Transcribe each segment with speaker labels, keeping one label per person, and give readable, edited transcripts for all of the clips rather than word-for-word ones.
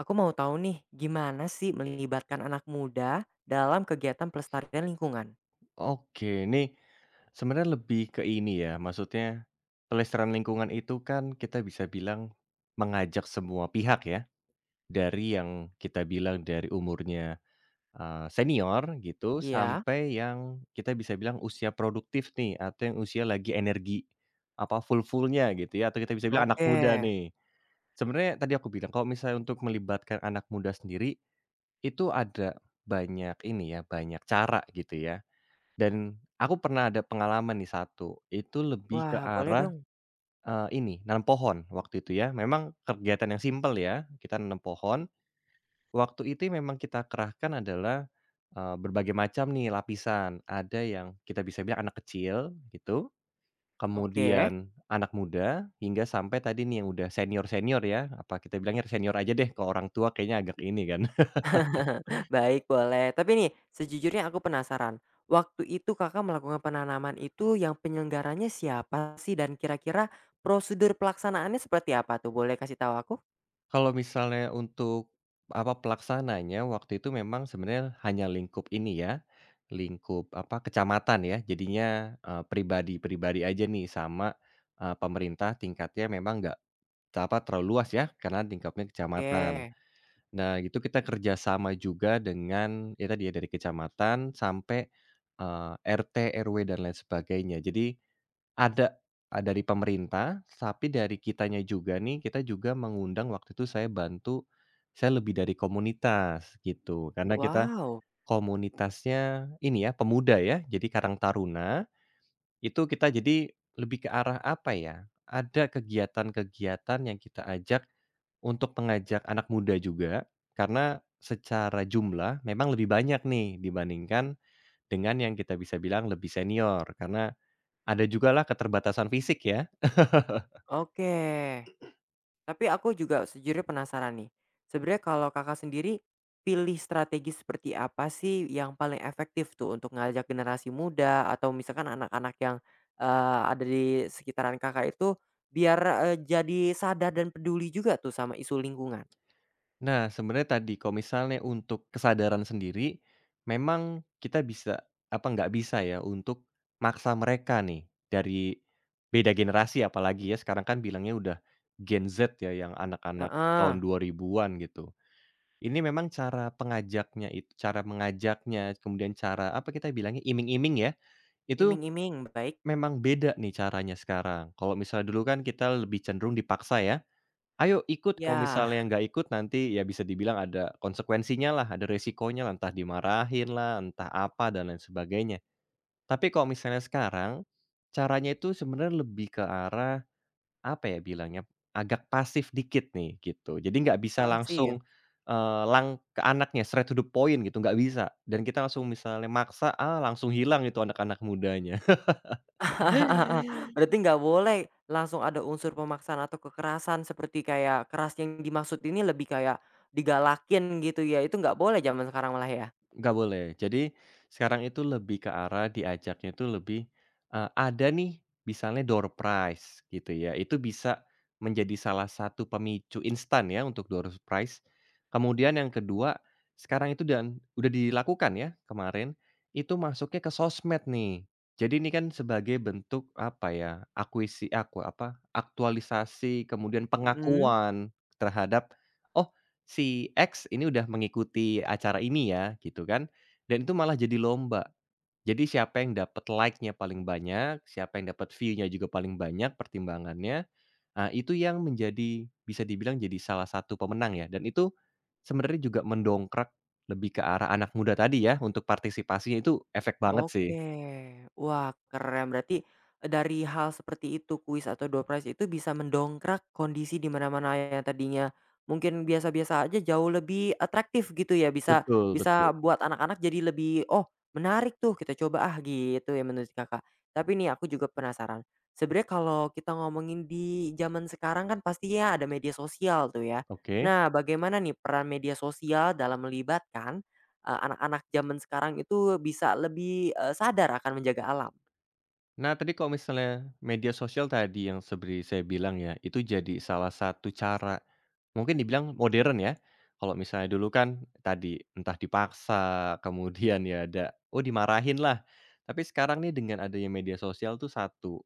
Speaker 1: Aku mau tahu nih, gimana sih melibatkan anak muda dalam kegiatan pelestarian lingkungan?
Speaker 2: Oke, nih, sebenarnya lebih ke ini ya, maksudnya pelestarian lingkungan itu kan kita bisa bilang mengajak semua pihak ya, dari yang kita bilang dari umurnya, senior gitu,
Speaker 1: Iya,
Speaker 2: sampai yang kita bisa bilang usia produktif nih, atau yang usia lagi energi, apa, full fullnya gitu ya, atau kita bisa bilang anak
Speaker 1: oke.
Speaker 2: muda nih. Sebenarnya tadi aku bilang kalau misalnya untuk melibatkan anak muda sendiri, itu ada banyak ini ya, banyak cara gitu ya. Dan aku pernah ada pengalaman nih satu, itu lebih ke
Speaker 1: Wah, boleh
Speaker 2: arah,
Speaker 1: dong.
Speaker 2: ini, nanam pohon waktu itu ya. Memang kegiatan yang simpel ya, kita nanam pohon. Waktu itu memang kita kerahkan adalah, berbagai macam nih lapisan. Ada yang kita bisa bilang anak kecil gitu,
Speaker 1: Oke,
Speaker 2: kemudian anak muda, hingga sampai tadi nih yang udah senior-senior ya, apa kita bilangnya senior aja deh, kalau orang tua kayaknya agak ini kan.
Speaker 1: baik boleh. Tapi nih, sejujurnya aku penasaran. Waktu itu kakak melakukan penanaman itu yang penyelenggaranya siapa sih dan kira-kira prosedur pelaksanaannya seperti apa tuh? Boleh kasih tahu aku?
Speaker 2: Kalau misalnya untuk, apa, pelaksananya waktu itu memang sebenarnya hanya lingkup ini ya, lingkup, apa, kecamatan ya. Jadinya, pribadi-pribadi aja nih, sama, pemerintah tingkatnya memang nggak, apa, terlalu luas ya karena tingkatnya kecamatan.
Speaker 1: Oke.
Speaker 2: Nah, itu kita kerjasama juga dengan, ya tadi ya, dari kecamatan sampai, RT, RW, dan lain sebagainya. Jadi ada, dari pemerintah, tapi dari kitanya juga nih, kita juga mengundang waktu itu saya bantu, saya lebih dari komunitas gitu, karena kita
Speaker 1: Wow.
Speaker 2: komunitasnya ini ya, pemuda ya, jadi Karang Taruna, itu kita jadi lebih ke arah apa ya, ada kegiatan-kegiatan yang kita ajak untuk mengajak anak muda juga, karena secara jumlah memang lebih banyak nih dibandingkan dengan yang kita bisa bilang lebih senior, karena ada jugalah keterbatasan fisik ya.
Speaker 1: Oke. Tapi aku juga sejujurnya penasaran nih. Sebenarnya kalau Kakak sendiri, pilih strategi seperti apa sih yang paling efektif tuh untuk ngajak generasi muda atau misalkan anak-anak yang, ada di sekitaran Kakak itu biar, jadi sadar dan peduli juga tuh sama isu lingkungan?
Speaker 2: Nah, sebenarnya tadi kalau misalnya untuk kesadaran sendiri, memang kita bisa apa nggak bisa ya untuk maksa mereka nih dari beda generasi apalagi ya sekarang kan bilangnya udah Gen Z ya, yang anak-anak
Speaker 1: Heeh,
Speaker 2: tahun 2000-an gitu. Ini memang cara pengajaknya itu, cara mengajaknya, kemudian cara apa kita bilangnya iming-iming ya, itu
Speaker 1: iming-iming, baik.
Speaker 2: memang beda nih caranya sekarang. Kalau misalnya dulu kan kita lebih cenderung dipaksa ya, ayo ikut,
Speaker 1: Ya.
Speaker 2: kalau misalnya nggak ikut nanti ya bisa dibilang ada konsekuensinya lah, ada resikonya lah, entah dimarahin lah, entah apa dan lain sebagainya. Tapi kalau misalnya sekarang, caranya itu sebenarnya lebih ke arah, apa ya bilangnya, agak pasif dikit nih gitu. Jadi nggak bisa
Speaker 1: Pasif.
Speaker 2: langsung, eee, lang ke anaknya straight to the point gitu, nggak bisa. Dan kita langsung misalnya maksa, ah, langsung hilang itu anak-anak mudanya.
Speaker 1: Berarti nggak boleh langsung ada unsur pemaksaan atau kekerasan seperti kayak keras yang dimaksud ini lebih kayak digalakin gitu ya, itu nggak boleh zaman sekarang malah ya?
Speaker 2: Nggak boleh. Jadi, sekarang itu lebih ke arah diajaknya itu lebih, ada nih misalnya door prize gitu ya, itu bisa menjadi salah satu pemicu instan ya untuk door prize. Kemudian yang kedua, sekarang itu dan udah dilakukan ya kemarin, itu masuknya ke sosmed nih. Jadi ini kan sebagai bentuk apa ya, aktualisasi kemudian
Speaker 1: Mhm.
Speaker 2: pengakuan terhadap, "Oh, Si X ini udah mengikuti acara ini ya," gitu kan, dan itu malah jadi lomba. Jadi siapa yang dapat like-nya paling banyak, siapa yang dapat view-nya juga paling banyak pertimbangannya, ah, itu yang menjadi bisa dibilang jadi salah satu pemenang ya, dan itu sebenarnya juga mendongkrak lebih ke arah anak muda tadi ya, untuk partisipasinya itu efek banget sih.
Speaker 1: Oke, wah keren berarti, dari hal seperti itu kuis atau door prize itu bisa mendongkrak kondisi di mana-mana yang tadinya mungkin biasa-biasa aja jauh lebih atraktif gitu ya bisa
Speaker 2: Betul,
Speaker 1: bisa
Speaker 2: betul.
Speaker 1: buat anak-anak jadi lebih, "Oh menarik tuh kita coba ah," gitu ya menurut Kakak. Tapi nih aku juga penasaran, sebenarnya kalau kita ngomongin di zaman sekarang kan pastinya ada media sosial tuh ya.
Speaker 2: Oke.
Speaker 1: Nah bagaimana nih peran media sosial dalam melibatkan anak-anak zaman sekarang itu bisa lebih, sadar akan menjaga alam.
Speaker 2: Nah, tadi kalau misalnya media sosial tadi yang seperti saya bilang ya, itu jadi salah satu cara, mungkin dibilang modern ya. Kalau misalnya dulu kan tadi entah dipaksa, kemudian ya ada, oh, dimarahin lah. Tapi sekarang nih dengan adanya media sosial tuh satu,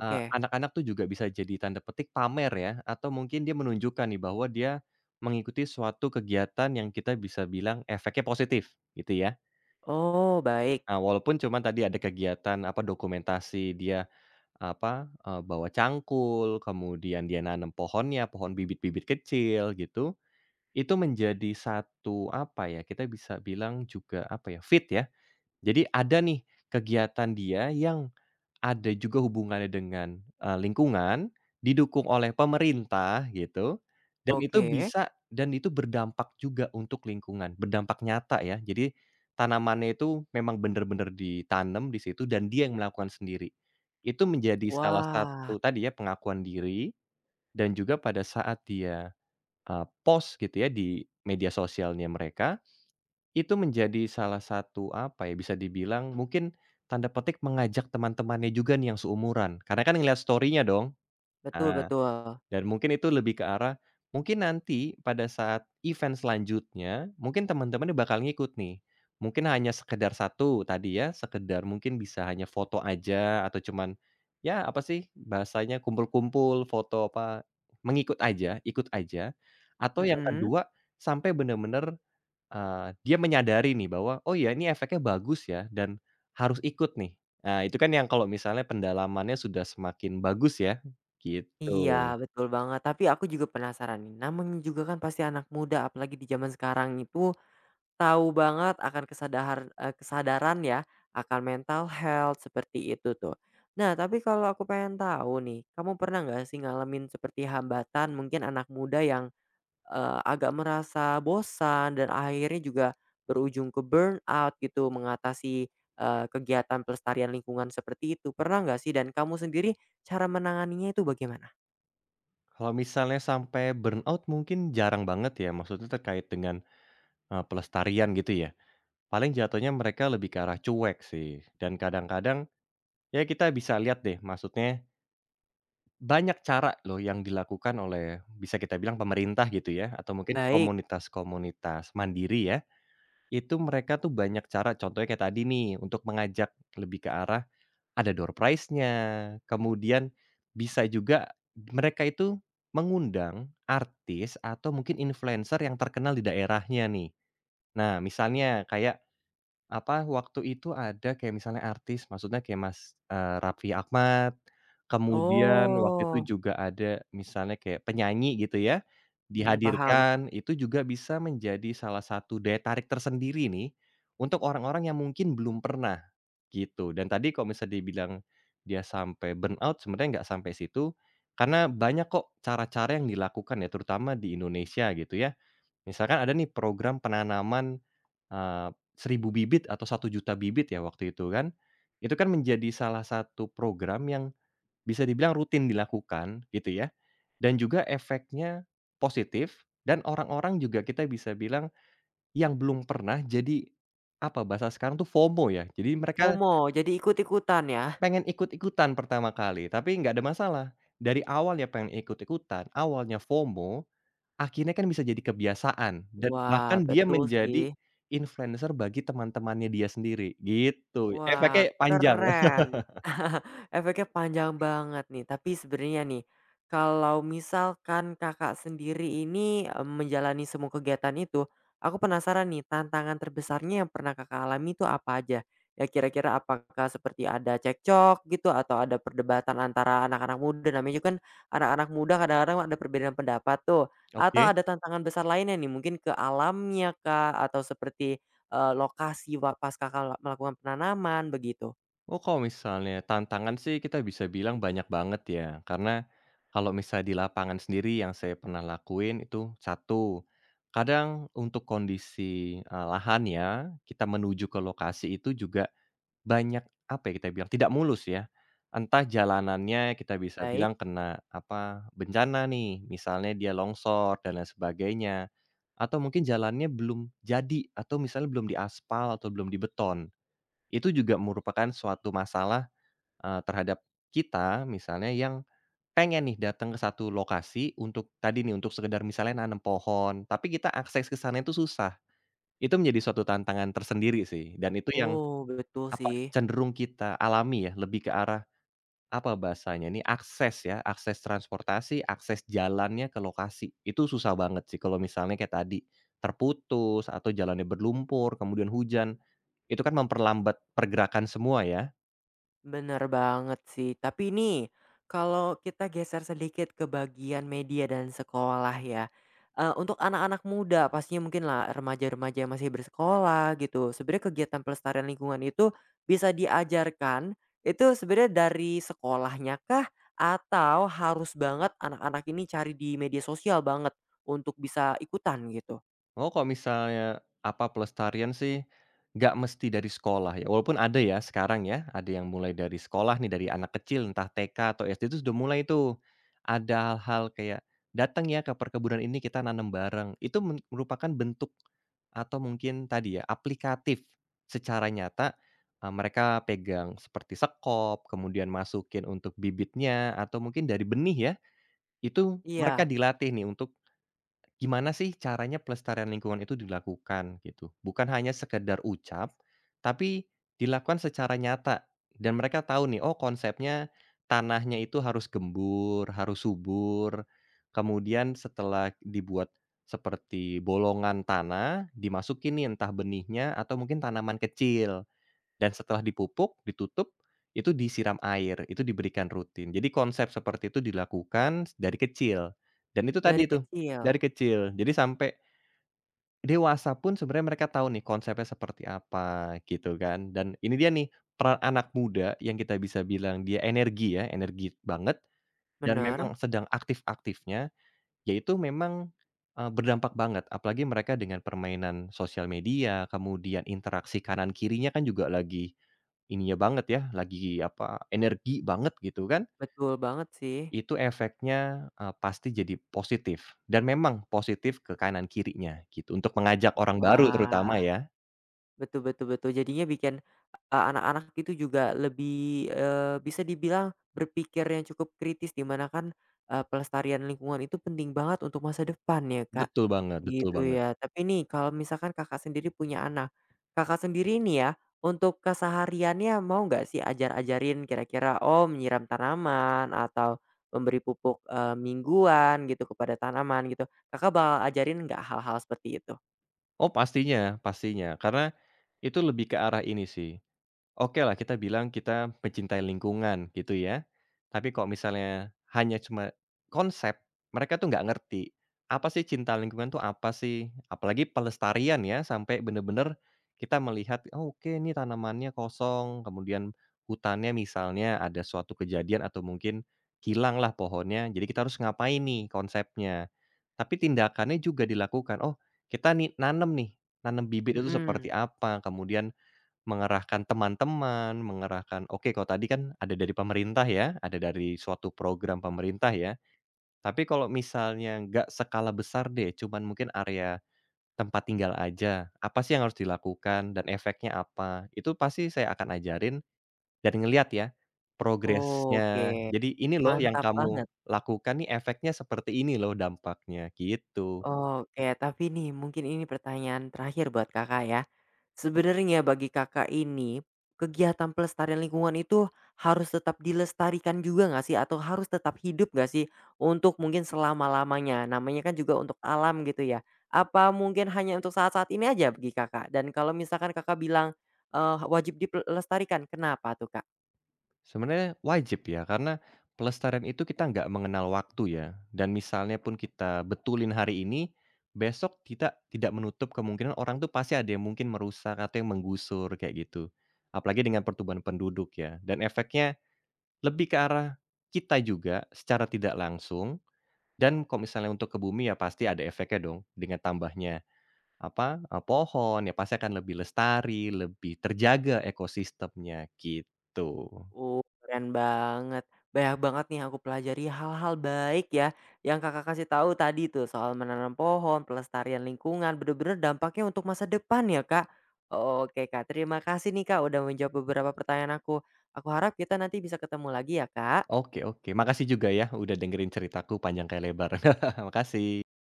Speaker 2: anak-anak tuh juga bisa jadi tanda petik pamer ya, atau mungkin dia menunjukkan nih bahwa dia mengikuti suatu kegiatan yang kita bisa bilang efeknya positif gitu ya.
Speaker 1: Oh, baik.
Speaker 2: Nah, walaupun cuman tadi ada kegiatan apa dokumentasi dia apa, bawa cangkul, kemudian dia nanam pohonnya, pohon bibit-bibit kecil gitu, itu menjadi satu, apa ya, kita bisa bilang juga, apa ya, fit ya. Jadi ada nih kegiatan dia yang ada juga hubungannya dengan, lingkungan, didukung oleh pemerintah gitu, dan itu
Speaker 1: Oke.
Speaker 2: bisa dan itu berdampak juga untuk lingkungan, berdampak nyata ya. Jadi tanamannya itu memang bener-bener ditanam di situ dan dia yang melakukan sendiri. Itu menjadi salah
Speaker 1: Wah,
Speaker 2: satu tadi ya pengakuan diri dan juga pada saat dia, post gitu ya di media sosialnya mereka, itu menjadi salah satu, apa ya, bisa dibilang mungkin tanda petik mengajak teman-temannya juga nih yang seumuran, karena kan ngeliat story-nya dong.
Speaker 1: betul
Speaker 2: Nah,
Speaker 1: betul.
Speaker 2: dan mungkin itu lebih ke arah, mungkin nanti pada saat event selanjutnya, mungkin teman-temannya bakal ngikut nih. Mungkin hanya sekedar satu tadi ya, sekedar mungkin bisa hanya foto aja atau cuman, ya apa sih bahasanya, kumpul-kumpul, foto apa, mengikut aja, ikut aja. Atau yang
Speaker 1: Mhm.
Speaker 2: kedua, sampai bener-bener dia menyadari nih bahwa, "Oh ya, ini efeknya bagus ya dan harus ikut nih." Nah itu kan yang kalau misalnya pendalamannya sudah semakin bagus ya, gitu.
Speaker 1: Iya, betul banget. Tapi aku juga penasaran nih, namanya juga kan pasti anak muda, apalagi di zaman sekarang itu tahu banget akan kesadaran ya akan mental health seperti itu tuh. Nah, tapi kalau aku pengen tahu nih, kamu pernah nggak sih ngalamin seperti hambatan mungkin anak muda yang agak merasa bosan dan akhirnya juga berujung ke burnout gitu mengatasi, kegiatan pelestarian lingkungan seperti itu. Pernah nggak sih? Dan kamu sendiri cara menanganinya itu bagaimana?
Speaker 2: Kalau misalnya sampai burnout mungkin jarang banget ya, maksudnya terkait dengan, pelestarian gitu ya. Paling jatuhnya mereka lebih ke arah cuek sih, dan kadang-kadang ya kita bisa lihat deh, maksudnya banyak cara loh yang dilakukan oleh bisa kita bilang pemerintah gitu ya, atau mungkin
Speaker 1: Baik.
Speaker 2: komunitas-komunitas mandiri ya. Itu mereka tuh banyak cara, contohnya kayak tadi nih, untuk mengajak lebih ke arah ada door prize-nya, kemudian bisa juga mereka itu mengundang artis atau mungkin influencer yang terkenal di daerahnya nih. Nah, misalnya kayak apa, waktu itu ada kayak misalnya artis, maksudnya kayak Mas, Raffi Ahmad, kemudian waktu
Speaker 1: Oh,
Speaker 2: itu juga ada misalnya kayak penyanyi gitu ya,
Speaker 1: mhm, paham.
Speaker 2: dihadirkan, itu juga bisa menjadi salah satu daya tarik tersendiri nih, untuk orang-orang yang mungkin belum pernah, gitu. Dan tadi kalau misalnya dibilang dia sampai burnout, sebenarnya nggak sampai situ, karena banyak kok cara-cara yang dilakukan ya, terutama di Indonesia gitu ya. Misalkan ada nih program penanaman, eee, 1.000 bibit atau 1 juta bibit ya waktu itu kan. Itu kan menjadi salah satu program yang bisa dibilang rutin dilakukan gitu ya, dan juga efeknya positif dan orang-orang juga kita bisa bilang yang belum pernah jadi, apa bahasa sekarang tuh FOMO ya. Jadi mereka
Speaker 1: FOMO, jadi ikut-ikutan ya?
Speaker 2: pengen ikut-ikutan pertama kali, tapi nggak ada masalah. Dari awal ya pengen ikut-ikutan, awalnya FOMO. Akhirnya kan bisa jadi kebiasaan dan
Speaker 1: Wah,
Speaker 2: bahkan dia
Speaker 1: betul sih.
Speaker 2: menjadi influencer bagi teman-temannya dia sendiri, gitu.
Speaker 1: Wah,
Speaker 2: Efeknya panjang.
Speaker 1: keren. Efeknya panjang banget nih. Tapi sebenarnya nih, kalau misalkan Kakak sendiri ini, menjalani semua kegiatan itu, aku penasaran nih tantangan terbesarnya yang pernah Kakak alami itu apa aja? Ya kira-kira apakah seperti ada cekcok gitu atau ada perdebatan antara anak-anak muda? Namanya juga kan anak-anak muda kadang-kadang ada perbedaan pendapat tuh. Atau
Speaker 2: Oke.
Speaker 1: ada tantangan besar lainnya nih mungkin ke alamnya kah, atau seperti lokasi wa pasca kala melakukan penanaman begitu?
Speaker 2: Oh, kalau misalnya tantangan sih kita bisa bilang banyak banget ya, karena kalau misal di lapangan sendiri yang saya pernah lakuin itu, satu, kadang untuk kondisi, lahannya, kita menuju ke lokasi itu juga banyak, apa ya kita bilang, tidak mulus ya. Entah jalanannya kita bisa
Speaker 1: Baik.
Speaker 2: bilang kena, apa, bencana nih, misalnya dia longsor dan lain sebagainya, atau mungkin jalannya belum jadi atau misalnya belum diaspal atau belum dibeton. Itu juga merupakan suatu masalah, terhadap kita misalnya yang pengen nih datang ke satu lokasi untuk tadi nih, untuk sekedar misalnya nanam pohon, tapi kita akses ke sana itu susah. Itu menjadi suatu tantangan tersendiri sih, dan itu yang
Speaker 1: Oh, betul
Speaker 2: apa
Speaker 1: sih,
Speaker 2: cenderung kita alami ya, lebih ke arah apa bahasanya, ini akses ya, akses transportasi, akses jalannya ke lokasi. Itu susah banget sih kalau misalnya kayak tadi, terputus atau jalannya berlumpur, kemudian hujan, itu kan memperlambat pergerakan semua ya.
Speaker 1: bener banget sih. Tapi ini kalau kita geser sedikit ke bagian media dan sekolah ya, untuk anak-anak muda pastinya mungkin lah remaja-remaja yang masih bersekolah gitu, sebenarnya kegiatan pelestarian lingkungan itu bisa diajarkan itu sebenarnya dari sekolahnya kah? Atau harus banget anak-anak ini cari di media sosial banget untuk bisa ikutan gitu?
Speaker 2: Oh, kalau misalnya apa pelestarian sih, nggak mesti dari sekolah ya, walaupun ada ya sekarang ya, ada yang mulai dari sekolah nih, dari anak kecil entah TK atau SD itu sudah mulai tuh, ada hal-hal kayak, "Datang ya ke perkebunan ini, kita nanam bareng." Itu merupakan bentuk atau mungkin tadi ya, aplikatif secara nyata, mereka pegang seperti sekop, kemudian masukin untuk bibitnya atau mungkin dari benih ya, itu mereka
Speaker 1: Iya.
Speaker 2: dilatih nih untuk gimana sih caranya pelestarian lingkungan itu dilakukan gitu? Bukan hanya sekedar ucap, tapi dilakukan secara nyata dan mereka tahu nih, oh, konsepnya tanahnya itu harus gembur, harus subur. Kemudian setelah dibuat seperti bolongan tanah, dimasukin nih entah benihnya atau mungkin tanaman kecil. Dan setelah dipupuk, ditutup, itu disiram air, itu diberikan rutin. Jadi konsep seperti itu dilakukan dari kecil, dan itu tadi
Speaker 1: Dari
Speaker 2: itu dari
Speaker 1: kecil,
Speaker 2: kecil. Jadi sampai dewasa pun sebenarnya mereka tahu nih konsepnya seperti apa, gitu kan. Dan ini dia nih, peran anak muda yang kita bisa bilang dia energi ya, energi banget dan
Speaker 1: bener,
Speaker 2: memang sedang aktif-aktifnya. Ya itu memang, berdampak banget, apalagi mereka dengan permainan sosial media, kemudian interaksi kanan kirinya kan juga lagi ininya banget ya, lagi apa, energi banget gitu kan.
Speaker 1: betul banget sih.
Speaker 2: Itu efeknya, pasti jadi positif dan memang positif ke kanan kirinya gitu, untuk mengajak orang baru terutama
Speaker 1: Wah,
Speaker 2: ya.
Speaker 1: betul betul betul. Jadinya bikin, anak-anak itu juga lebih, bisa dibilang berpikir yang cukup kritis di mana kan, pelestarian lingkungan itu penting banget untuk masa depan ya, Kak.
Speaker 2: Betul banget, betul
Speaker 1: Gitu
Speaker 2: banget.
Speaker 1: ya. Tapi nih kalau misalkan Kakak sendiri punya anak, Kakak sendiri nih ya, untuk kesehariannya mau nggak sih ajar-ajarin kira-kira, oh menyiram tanaman atau memberi pupuk, mingguan gitu kepada tanaman gitu, Kakak bakal ajarin nggak hal-hal seperti itu?
Speaker 2: Oh, pastinya, pastinya, karena itu lebih ke arah ini sih, oke lah kita bilang kita mencintai lingkungan gitu ya. Tapi kalau misalnya hanya cuma konsep, mereka tuh nggak ngerti, apa sih cinta lingkungan tuh apa sih? Apalagi pelestarian ya, sampai bener-bener kita melihat, "Oh oke, ini tanamannya kosong," kemudian hutannya misalnya ada suatu kejadian atau mungkin hilanglah pohonnya, jadi kita harus ngapain nih konsepnya. Tapi tindakannya juga dilakukan, "Oh, kita nih, nanam bibit itu
Speaker 1: Mhm.
Speaker 2: seperti apa," kemudian mengerahkan teman-teman, mengerahkan, oke kalau tadi kan ada dari pemerintah ya, ada dari suatu program pemerintah ya. Tapi kalau misalnya nggak skala besar deh, cuman mungkin area tempat tinggal aja, apa sih yang harus dilakukan dan efeknya apa? Itu pasti saya akan ajarin dan ngelihat ya
Speaker 1: Oke,
Speaker 2: progresnya. Jadi, "Ini loh yang
Speaker 1: mantap
Speaker 2: kamu
Speaker 1: banget.
Speaker 2: lakukan nih, efeknya seperti ini loh, dampaknya," gitu.
Speaker 1: Oh, oke, tapi nih mungkin ini pertanyaan terakhir buat Kakak ya. Sebenarnya bagi Kakak ini, kegiatan pelestarian lingkungan itu harus tetap dilestarikan juga nggak sih? Atau harus tetap hidup nggak sih untuk mungkin selama-lamanya? Namanya kan juga untuk alam gitu ya. Apa mungkin hanya untuk saat-saat ini aja bagi Kakak? Dan kalau misalkan Kakak bilang eh, wajib dilestarikan, kenapa tuh Kak?
Speaker 2: Sebenarnya wajib ya, karena pelestarian itu kita nggak mengenal waktu ya, dan misalnya pun kita betulin hari ini, besok kita tidak menutup kemungkinan orang tuh pasti ada yang mungkin merusak atau yang menggusur kayak gitu. Apalagi dengan pertumbuhan penduduk ya, dan efeknya lebih ke arah kita juga secara tidak langsung, dan kalau misalnya untuk ke bumi ya pasti ada efeknya dong dengan tambahnya apa, pohon ya, pasti akan lebih lestari, lebih terjaga ekosistemnya, gitu.
Speaker 1: Oh, keren banget. Banyak banget nih yang aku pelajari hal-hal baik ya yang Kakak kasih tahu tadi tuh soal menanam pohon, pelestarian lingkungan, bener-bener dampaknya untuk masa depan ya Kak. Oke Kak, terima kasih nih Kak udah menjawab beberapa pertanyaan aku. Aku harap kita nanti bisa ketemu lagi ya Kak.
Speaker 2: Oke, oke, makasih juga ya udah dengerin ceritaku panjang kayak lebar. Makasih.